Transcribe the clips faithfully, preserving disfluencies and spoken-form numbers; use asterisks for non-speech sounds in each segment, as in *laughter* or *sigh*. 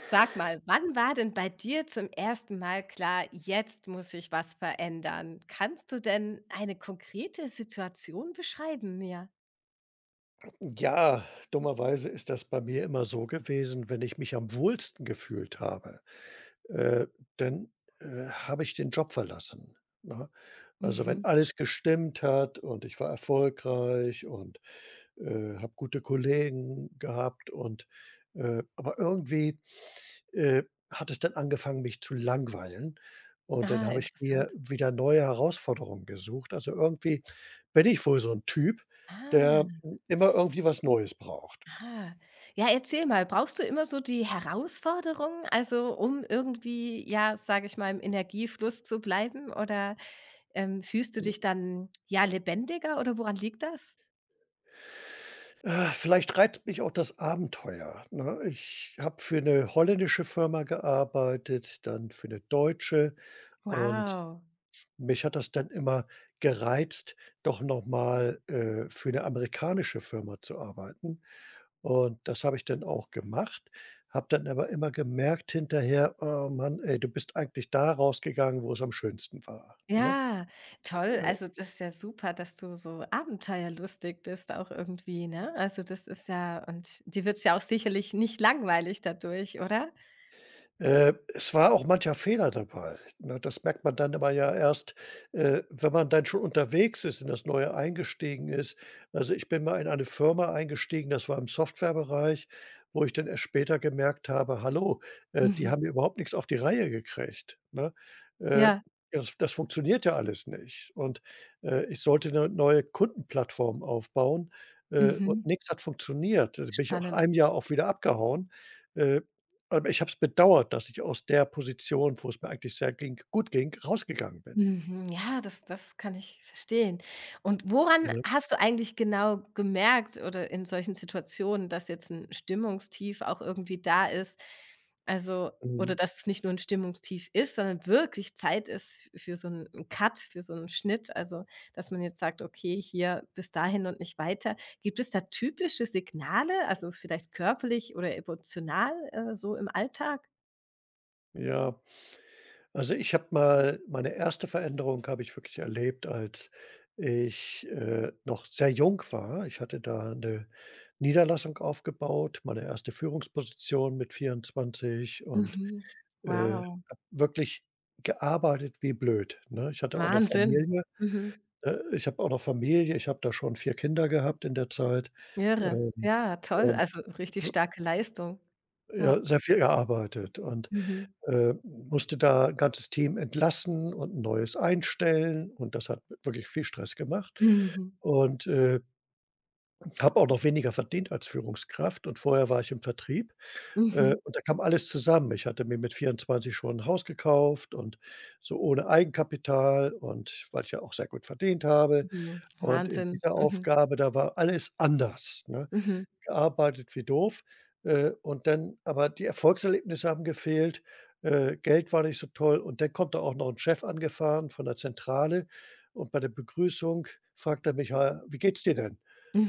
Sag mal, wann war denn bei dir zum ersten Mal klar, jetzt muss ich was verändern? Kannst du denn eine konkrete Situation beschreiben mir? Ja, dummerweise ist das bei mir immer so gewesen, wenn ich mich am wohlsten gefühlt habe, äh, dann, äh, habe ich den Job verlassen, ne? Also, wenn Mhm. alles gestimmt hat und ich war erfolgreich und, äh, habe gute Kollegen gehabt und, äh aber irgendwie, äh, hat es dann angefangen, mich zu langweilen und dann Ah, habe ich mir interessant. wieder neue Herausforderungen gesucht. Also, irgendwie bin ich wohl so ein Typ, der, Ah, hm, immer irgendwie was Neues braucht. ah. Ja, erzähl mal, brauchst du immer so die Herausforderung, also um irgendwie, ja, sage ich mal, im Energiefluss zu bleiben? Oder ähm, fühlst du dich dann ja lebendiger oder woran liegt das? Äh, vielleicht reizt mich auch das Abenteuer, ne? Ich habe für eine holländische Firma gearbeitet, dann für eine deutsche und Wow. mich hat das dann immer gereizt, doch nochmal äh, für eine amerikanische Firma zu arbeiten. Und das habe ich dann auch gemacht, habe dann aber immer gemerkt hinterher: „Oh Mann, ey, du bist eigentlich da rausgegangen, wo es am schönsten war“, ne? Ja, toll. Also, das ist ja super, dass du so abenteuerlustig bist auch irgendwie, ne? Also, das ist ja und die wird's ja auch sicherlich nicht langweilig dadurch, oder? *laughs* Äh, es war auch mancher Fehler dabei, ne? Das merkt man dann aber ja erst, äh, wenn man dann schon unterwegs ist, in das Neue eingestiegen ist. Also, ich bin mal in eine Firma eingestiegen, das war im Softwarebereich, wo ich dann erst später gemerkt habe: „Hallo, äh, die Mhm. haben ja überhaupt nichts auf die Reihe gekriegt“, ne? Äh, Ja. das das funktioniert ja alles nicht. Und, äh, ich sollte eine neue Kundenplattform aufbauen, äh, und Mhm. nichts hat funktioniert. Da bin ich auch Spannend. einem Jahr auch wieder abgehauen. Äh, aber ich habe es bedauert, dass ich aus der Position, wo es mir eigentlich sehr ging gut ging, rausgegangen bin, Mhm, ja, das das kann ich verstehen. Und woran ne? hast du eigentlich genau gemerkt oder in solchen Situationen, dass jetzt ein Stimmungstief auch irgendwie da ist? Also oder Mhm. dass es nicht nur ein Stimmungstief ist, sondern wirklich Zeit ist für so einen Cut, für so einen Schnitt, also, dass man jetzt sagt: „Okay, hier bis dahin und nicht weiter.“ Gibt es da typische Signale, also, vielleicht körperlich oder emotional, äh, so im Alltag? Ja, also, ich habe mal meine erste Veränderung habe ich wirklich erlebt, als ich, äh, noch sehr jung war. Ich hatte da 'ne Niederlassung aufgebaut, meine erste Führungsposition mit vierundzwanzig und, Mhm. äh, Wow, habe wirklich gearbeitet wie blöd, ne? Ich hatte auch noch Wahnsinn. Familie. Mhm. Äh, ich habe auch noch Familie, ich habe da schon vier Kinder gehabt in der Zeit, Irre. ähm, Ja, toll. und Also, richtig w starke Leistung. ja, Ja. sehr viel gearbeitet und, Mhm. äh, musste da 'n ganzes Team entlassen und 'n neues einstellen und das hat wirklich viel Stress gemacht Mhm. und, äh, habe auch noch weniger verdient als Führungskraft und vorher war ich im Vertrieb. Äh, Mhm. Und da kam alles zusammen. Ich hatte mir mit vierundzwanzig schon ein Haus gekauft und so ohne Eigenkapital und weil ich ja auch sehr gut verdient habe. Mhm. Und in Wahnsinn. dieser Mhm. Aufgabe, da war alles anders, ne? Mhm. Gearbeitet wie doof, äh, und dann aber die Erfolgserlebnisse haben gefehlt, äh, Geld war nicht so toll und dann kommt da auch noch 'n Chef angefahren von der Zentrale und bei der Begrüßung fragt er mich: „Ja, wie geht's dir denn?“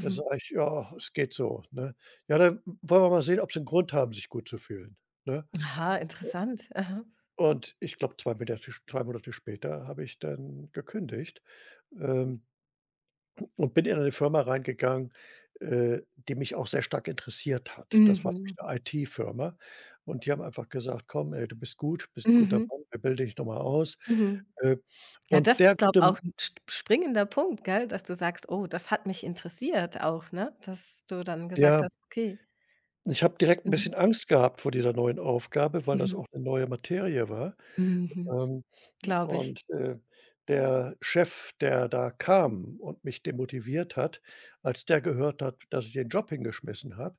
Da sage ich: „Ja, es geht so“, ne? „Ja, dann wollen wir mal sehen, ob Sie 'n Grund haben, sich gut zu fühlen“, ne? Aha, interessant. Aha. Und ich glaube, zwei Monate zwei Monate später habe ich dann gekündigt. Ähm und bin in eine Firma reingegangen, äh, die mich auch sehr stark interessiert hat. Das war nämlich Mhm. 'ne I T-Firma und die haben einfach gesagt: „Komm, ey, du bist gut, bist 'n guter Mhm. Mann, wir bilden dich noch mal aus.“ Mhm. Äh, Ja, und das der ist, glaube gute M auch 'n sp springender Punkt, gell, dass du sagst: „Oh, das hat mich interessiert auch“, ne? Dass du dann gesagt Ja, hast: „Okay.“ ich habe direkt 'n Mhm. bisschen Angst gehabt vor dieser neuen Aufgabe, weil das Mhm. auch 'ne neue Materie war. Mhm. Ähm, Glaube ich. und, äh, der Chef, der da kam und mich demotiviert hat, als der gehört hat, dass ich den Job hingeschmissen habe.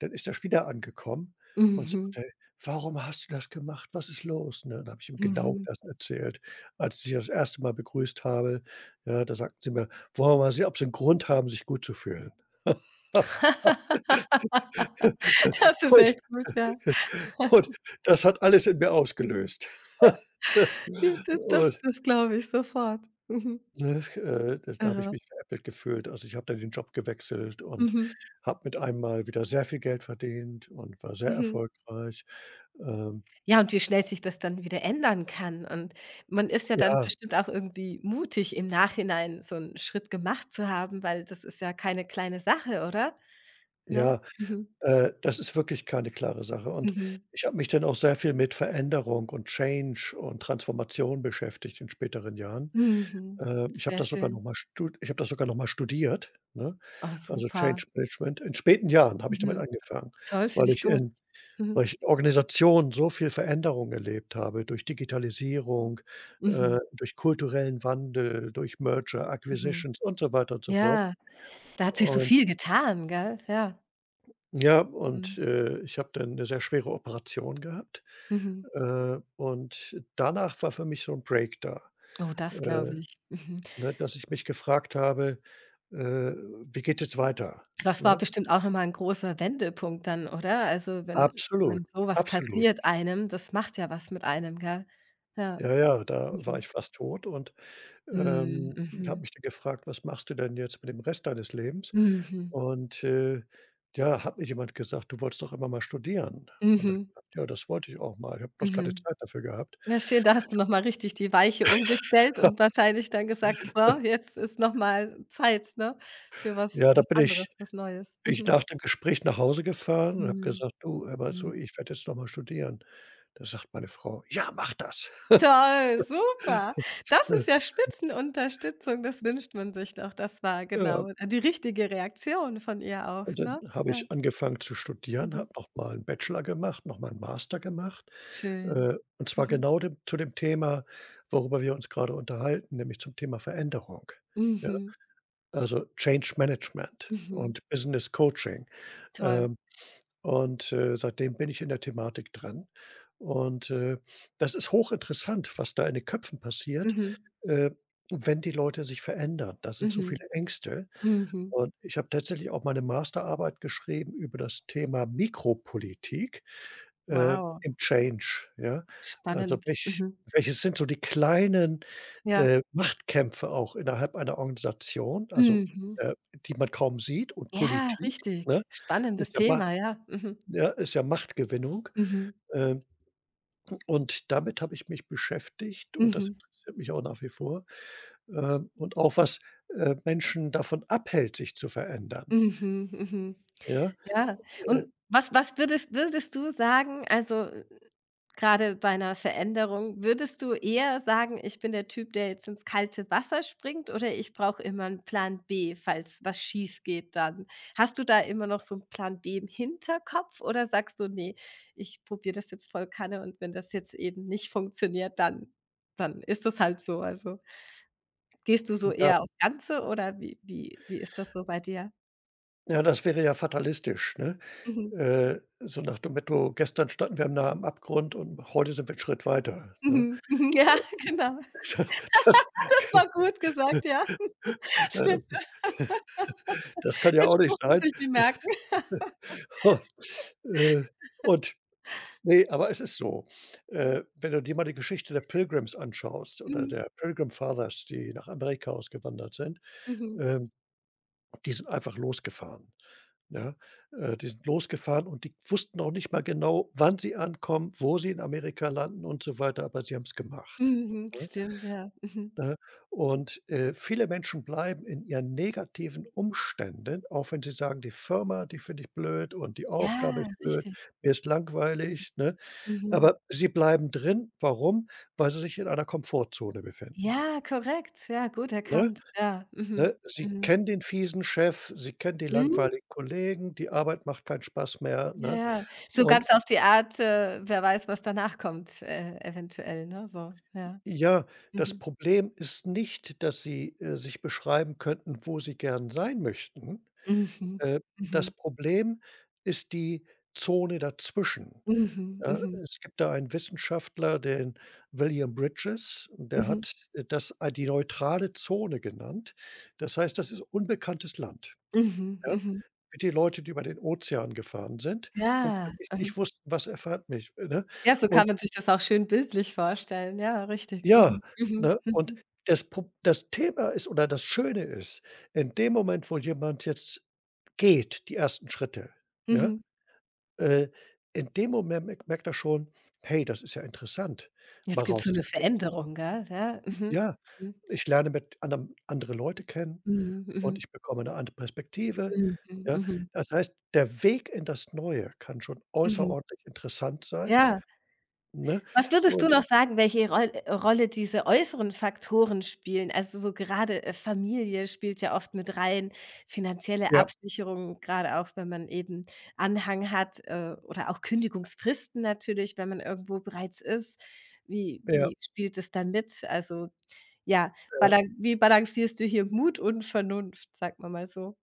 Dann ist er wieder angekommen und Mhm. sagte: „Warum hast du das gemacht? Was ist los?“ Ne, dann habe ich ihm genau Mhm. das erzählt. Als ich sie das erste Mal begrüßt habe, ja, da sagten sie mir: „Wollen wir mal sehen, ob sie 'n Grund haben, sich gut zu fühlen?“ *laughs* *laughs* Das ist Und echt gut, ja. und das hat alles in mir ausgelöst. Ja, d das Und, das glaube ich sofort. Mhm. ne, äh, das da habe ich Irre. mich veräppelt gefühlt. Also, ich habe dann den Job gewechselt und Mhm. habe mit einem Mal wieder sehr viel Geld verdient und war sehr Mhm. erfolgreich. Ähm, Ja, und wie schnell sich das dann wieder ändern kann. Und man ist ja dann ja, bestimmt auch irgendwie mutig, im Nachhinein so 'n Schritt gemacht zu haben, weil das ist ja keine kleine Sache, oder? Ne? ja, Mhm. äh, das ist wirklich keine klare Sache und Mhm. ich habe mich dann auch sehr viel mit Veränderung und Change und Transformation beschäftigt in späteren Jahren. Mhm. Äh, ich habe Sehr das sogar noch schön. Mal stu ich habe das sogar noch mal studiert, ne? Oh, Also, Change super. Management. In späten Jahren habe ich damit Mhm. angefangen, Toll, finde weil ich ich gut. in weil Mhm. ich in Organisationen so viel Veränderung erlebt habe durch Digitalisierung, äh, Mhm. durch kulturellen Wandel, durch Merger, Mhm. Acquisitions und so weiter und so fort Ja, da hat sich so und viel getan, gell? Ja. ja, und, Mhm. äh, ich habe dann eine sehr schwere Operation gehabt, Mhm. äh, und danach war für mich so ein Break da, Oh, das glaube äh, ich. Mhm. ne, dass ich mich gefragt habe, äh: „Wie geht's jetzt weiter?“, Das war ne? bestimmt auch noch mal 'n großer Wendepunkt dann, oder? Also, wenn wenn Absolut, sowas absolut. passiert einem, das macht ja was mit einem, gell? Ja. Ja, ja, da war Mhm. ich fast tot und, Mhm, ähm, habe mhm. mich dann gefragt: „Was machst du denn jetzt mit dem Rest deines Lebens?“ Mhm. Und, äh, ja, hat mir jemand gesagt: „Du wolltest doch immer mal studieren.“ Und da habe Mhm. ich gesagt: „Ja, das wollte ich auch mal. Ich habe bloß keine Mhm. Zeit dafür gehabt.“ Ja, schön, da hast du noch mal richtig die Weiche umgestellt und *laughs* wahrscheinlich dann gesagt: „So, jetzt ist noch mal Zeit, ne, für was Ja, da was bin anderes, ich was Neues.“ Ich Mhm. nach dem Gespräch nach Hause gefahren und habe Mhm. gesagt: „Du, hör mal zu, Mhm. ich werde jetzt noch mal studieren.“ Da sagt meine Frau: „Ja, mach das.“ *laughs* Toll, super. Das Äh, ist ja Spitzenunterstützung, das wünscht man sich doch. Das war ja, genau, äh, die richtige Reaktion von ihr auch, und dann ne? habe Ja, ich angefangen zu studieren, mhm. habe noch mal 'n Bachelor gemacht, noch mal 'n Master gemacht, Schön. äh, und zwar Mhm. genau dem zu dem Thema, worüber wir uns grade unterhalten, nämlich zum Thema Veränderung, ja? Mhm. Also, Change Management Mhm. und Business Coaching. Toll. Ähm Und, äh, seitdem bin ich in der Thematik dran. Und, äh, das ist hochinteressant, was da in den Köpfen passiert, Mhm. äh, wenn die Leute sich verändern. Da sind so viele Mhm. Ängste. Mhm. Und ich habe tatsächlich auch meine Masterarbeit geschrieben über das Thema Mikropolitik, äh, Wow, im Change, ja? Also, spannend. welch Mhm. welches sind so die kleinen, Ja. äh, Machtkämpfe auch innerhalb einer Organisation, also, Mhm. äh, die man kaum sieht und Ja, Politik, ne, richtig. Spannendes ist ja ma Thema, ja. Mhm. ja, ist ja Machtgewinnung. Mhm. Ähm, und damit habe ich mich beschäftigt und das Mhm. interessiert mich auch nach wie vor. Ähm, und auch was, äh, Menschen davon abhält, sich zu verändern. Mhm. Mhm. Ja, Ja. äh, Und was was würdest würdest du sagen, also gerade bei einer Veränderung, würdest du eher sagen: „Ich bin der Typ, der jetzt ins kalte Wasser springt“, oder „Ich brauche immer einen Plan B, falls was schief geht dann?“ Hast du da immer noch so einen Plan B im Hinterkopf oder sagst du: nee, ich probiere das jetzt voll Kanne und wenn das jetzt eben nicht funktioniert, dann dann ist das halt so?“ Also, gehst du so ja, eher aufs Ganze oder wie wie wie ist das so bei dir? ja, das wäre ja fatalistisch, ne? Mhm. Äh, so nach dem Motto: „Gestern standen wir nah am Abgrund und heute sind wir 'n Schritt weiter“, ne? Mhm. *laughs* Mhm. Ja, genau. *laughs* *laughs* Das Das war gut gesagt, ja. *laughs* äh, Spitze. Das kann ja Den auch nicht Spruch muss sein. ich mir merken. Und, äh, und Ne, aber es ist so. Äh, wenn du dir mal die Geschichte der Pilgrims anschaust oder Mhm. der Pilgrim Fathers, die nach Amerika ausgewandert sind, Mhm. ähm, die sind einfach losgefahren, ja? Äh, die sind losgefahren und die wussten auch nicht mal genau, wann sie ankommen, wo sie in Amerika landen und so weiter, aber sie haben's gemacht, Mhm. ne? Stimmt, ja. Mhm. Ne? Und, äh, viele Menschen bleiben in ihren negativen Umständen, auch wenn sie sagen: „Die Firma, die finde ich blöd und die Aufgabe Ja, ist blöd, richtig. mir ist langweilig, ne?“ Aber Mhm. sie bleiben drin. Warum? Weil sie sich in einer Komfortzone befinden, Ja, korrekt. Ja, gut ne? erkannt. Ja. Ne? Mhm. Sie Mhm. kennen den fiesen Chef, sie kennen die Mhm. langweiligen Kollegen, die Arbeit macht keinen Spaß mehr, Ja, ne? ja. So Und ganz auf die Art, äh, wer weiß, was danach kommt, äh, eventuell, ne, so, ja. ja, das Mhm. Problem ist nicht, dass sie, äh, sich beschreiben könnten, wo sie gern sein möchten. Mhm. Äh, das Mhm. Problem ist die Zone dazwischen. Mhm. Ja, Mhm. es gibt da einen Wissenschaftler, den William Bridges, und der Mhm. hat äh, das a die neutrale Zone genannt. Das heißt, das ist unbekanntes Land, Mhm. ja, Mhm. für die Leute, die über den Ozean gefahren sind und Ja. wirklich Mhm. nicht wussten, was erfahrt mich, äh, ne? Ja, so Und kann man sich das auch schön bildlich vorstellen. Ja, richtig. ja, Mhm. ne, Mhm. und Mhm. das Pro das Thema ist oder das Schöne ist, in dem Moment, wo jemand jetzt geht, die ersten Schritte, ja, Mhm. äh, in dem Moment merkt er schon: „Hey, das ist ja interessant, mal Jetzt gibt's so 'ne rauszugehen.“ Veränderung, gell? Ja. Mhm. Ja, Mhm. ich lerne mit anderem andere Leute kennen Mhm, und mhm. ich bekomme 'ne andere Perspektive, Mhm, ja? mhm, Das heißt, der Weg in das Neue kann schon mhm. außerordentlich interessant sein, Ja. ne? Was würdest du Und noch sagen, welche Roll äh, Rolle diese äußeren Faktoren spielen? Also, so gerade, äh, Familie spielt ja oft mit rein, finanzielle ja, Absicherung, gerade auch, wenn man eben Anhang hat, äh, oder auch Kündigungsfristen natürlich, wenn man irgendwo bereits ist. Wie ja, wie spielt es da mit? Also, ja, ja. balan wie balancierst du hier Mut und Vernunft, sagt man mal so?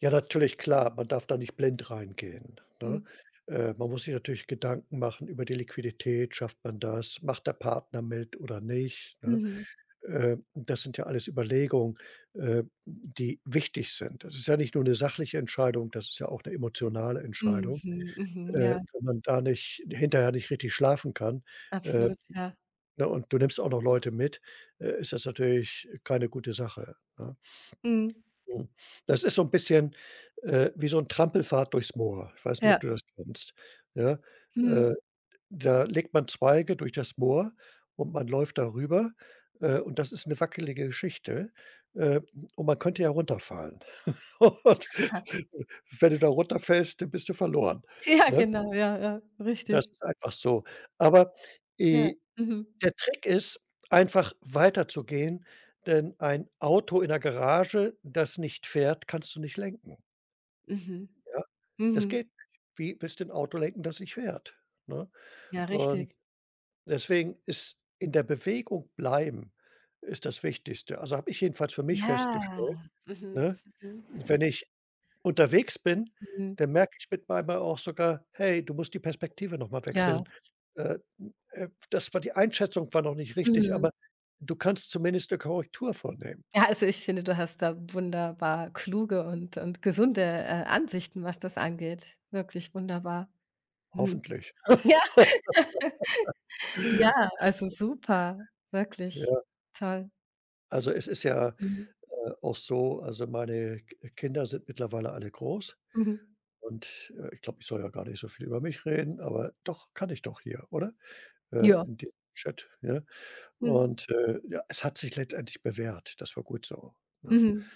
Ja, natürlich, klar, man darf da nicht blind reingehen, ne? Mhm. Äh, man muss sich natürlich Gedanken machen über die Liquidität. Schafft man das? Macht der Partner mit oder nicht, ne? Mhm. Äh, das sind ja alles Überlegungen, äh, die wichtig sind. Das ist ja nicht nur eine sachliche Entscheidung, das ist ja auch eine emotionale Entscheidung. Mhm, Äh, mhm, ja. Wenn man da nicht hinterher nicht richtig schlafen kann, äh, Absolut, ja. ne, und du nimmst auch noch Leute mit, äh, ist das natürlich keine gute Sache, ne? Mhm. Mhm. Das ist so ein bisschen, äh, wie so ein Trampelfahrt durchs Moor. Ich weiß nicht, ob Ja. du das kennst, ja? Mhm. Äh Da legt man Zweige durch das Moor und man läuft darüber, äh, und das ist 'ne wackelige Geschichte, äh, und man könnte ja runterfallen. Aha. *laughs* *laughs* Und wenn du da runterfällst, dann bist du verloren, Ja, ne? genau, ja, ja, Das richtig. ist einfach so. Aber, Ja. äh, Mhm. der Trick ist, einfach weiterzugehen, denn ein Auto in der Garage, das nicht fährt, kannst du nicht lenken, Mhm. ja? Das geht Mhm. nicht. Wie willst du 'n Auto lenken, das nicht fährt, ne? Ja, Und richtig. deswegen ist in der Bewegung bleiben ist das Wichtigste. Also, habe ich jedenfalls für mich Ja. festgestellt, Mhm. ne? Mhm. Wenn ich unterwegs bin, Mhm. dann merke ich mit einmal auch sogar: „Hey, du musst die Perspektive noch mal Ja. wechseln.“ Äh, äh, das war die Einschätzung war noch nicht richtig, Mhm. aber du kannst zumindest eine Korrektur vornehmen, Ja, also, ich finde, du hast da wunderbar kluge und und gesunde, äh, Ansichten, was das angeht. Wirklich wunderbar. Mhm. hoffentlich. *laughs* Ja. Ja, *laughs* also, super, wirklich Ja, toll. also, es ist ja, Mhm. äh, auch so, also, meine K Kinder sind mittlerweile alle groß. Mhm. Und, äh, ich glaube, ich soll ja gar nicht so viel über mich reden, aber doch, kann ich doch hier, oder? Äh, Ja. In diesem Chat, ja? Mhm. Und, äh, ja, es hat sich letztendlich bewährt. Das war gut so, ne? Mhm.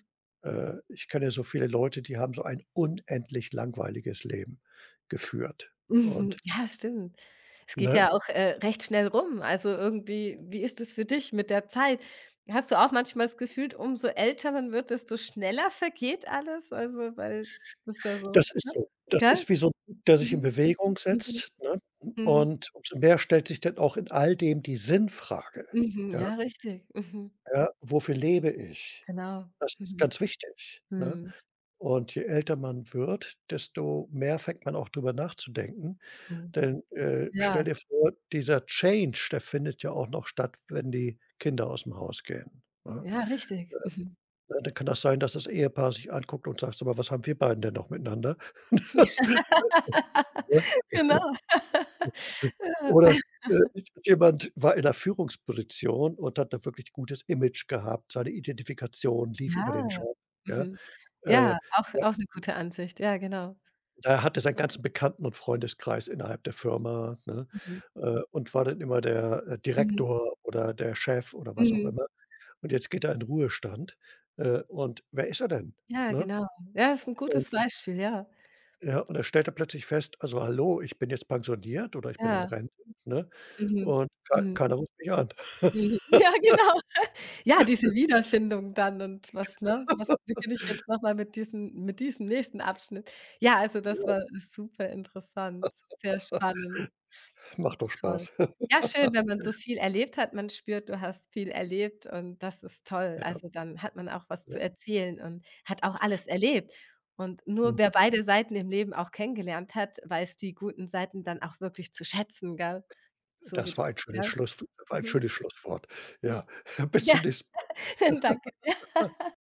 Äh, ich kenne ja so viele Leute, die haben so ein unendlich langweiliges Leben geführt. Mhm. Und, Ja, stimmt. Es geht ne, ja auch, äh, recht schnell rum. Also, irgendwie wie ist es für dich mit der Zeit? Hast du auch manchmal das Gefühl, umso älter man wird, desto schneller vergeht alles? Also, weil das das ist ja so, das ist ne? so. Das Gell? ist wie so 'n der sich in Mhm. Bewegung Mhm. setzt, ne? Mhm. Und umso mehr stellt sich dann auch in all dem die Sinnfrage. Mhm. Ja, Ja, richtig. Mhm. ja: „Wofür lebe ich?“ Genau. Das ist Mhm. ganz wichtig, ne? Mhm. Und je älter man wird, desto mehr fängt man auch drüber nachzudenken. Mhm. Denn, äh, stell Ja. dir vor, dieser Change, der findet ja auch noch statt, wenn die Kinder aus dem Haus gehen, ne? Ja, richtig. Ja, dann kann das sein, dass das Ehepaar sich anguckt und sagt: „Sag mal, was haben wir beiden denn noch miteinander?“ *laughs* Das, *laughs* Ne? Genau. Oder, *laughs* Ja. äh, jemand war in der Führungsposition und hat da wirklich gutes Image gehabt. Seine Identifikation lief über den Ja. Job, ja? Mhm. Äh, Ja, auch ja auch eine gute Ansicht. Ja, genau. Da hatte er seinen ganzen Bekannten und Freundeskreis innerhalb der Firma, ne, Mhm. äh, und war dann immer der, äh, Mhm. Direktor oder der Chef oder was auch Mhm. immer. Und jetzt geht er in Ruhestand, äh, und wer ist er denn, Ja, ne? genau. Ja, ist 'n Und gutes Beispiel, ja. ja, und dann stellt er plötzlich fest: „Also, hallo, ich bin jetzt pensioniert oder ich bin in Ja. Rente, ne, Mhm. und kei Mhm. keiner ruft mich an.“ Mhm. *laughs* Ja, genau. Ja, diese Wiederfindung dann und was ne? Was beginne ich jetzt noch mal mit diesem mit diesem nächsten Abschnitt? Ja, also das war super interessant, sehr *laughs* spannend. Macht doch Toll. Spaß. Ja, schön, wenn man so viel erlebt hat. Man spürt, du hast viel erlebt und das ist toll. Ja, Also, dann hat man auch was ja. zu erzählen und hat auch alles erlebt. Und nur wer Mhm. beide Seiten im Leben auch kennengelernt hat, weiß die guten Seiten dann auch wirklich zu schätzen, gell? So wie Das du, war ein schönes gell? Schluss war ein Mhm. schönes Schlusswort. Ja, *laughs* bis Ja, zum nächsten *laughs* danke.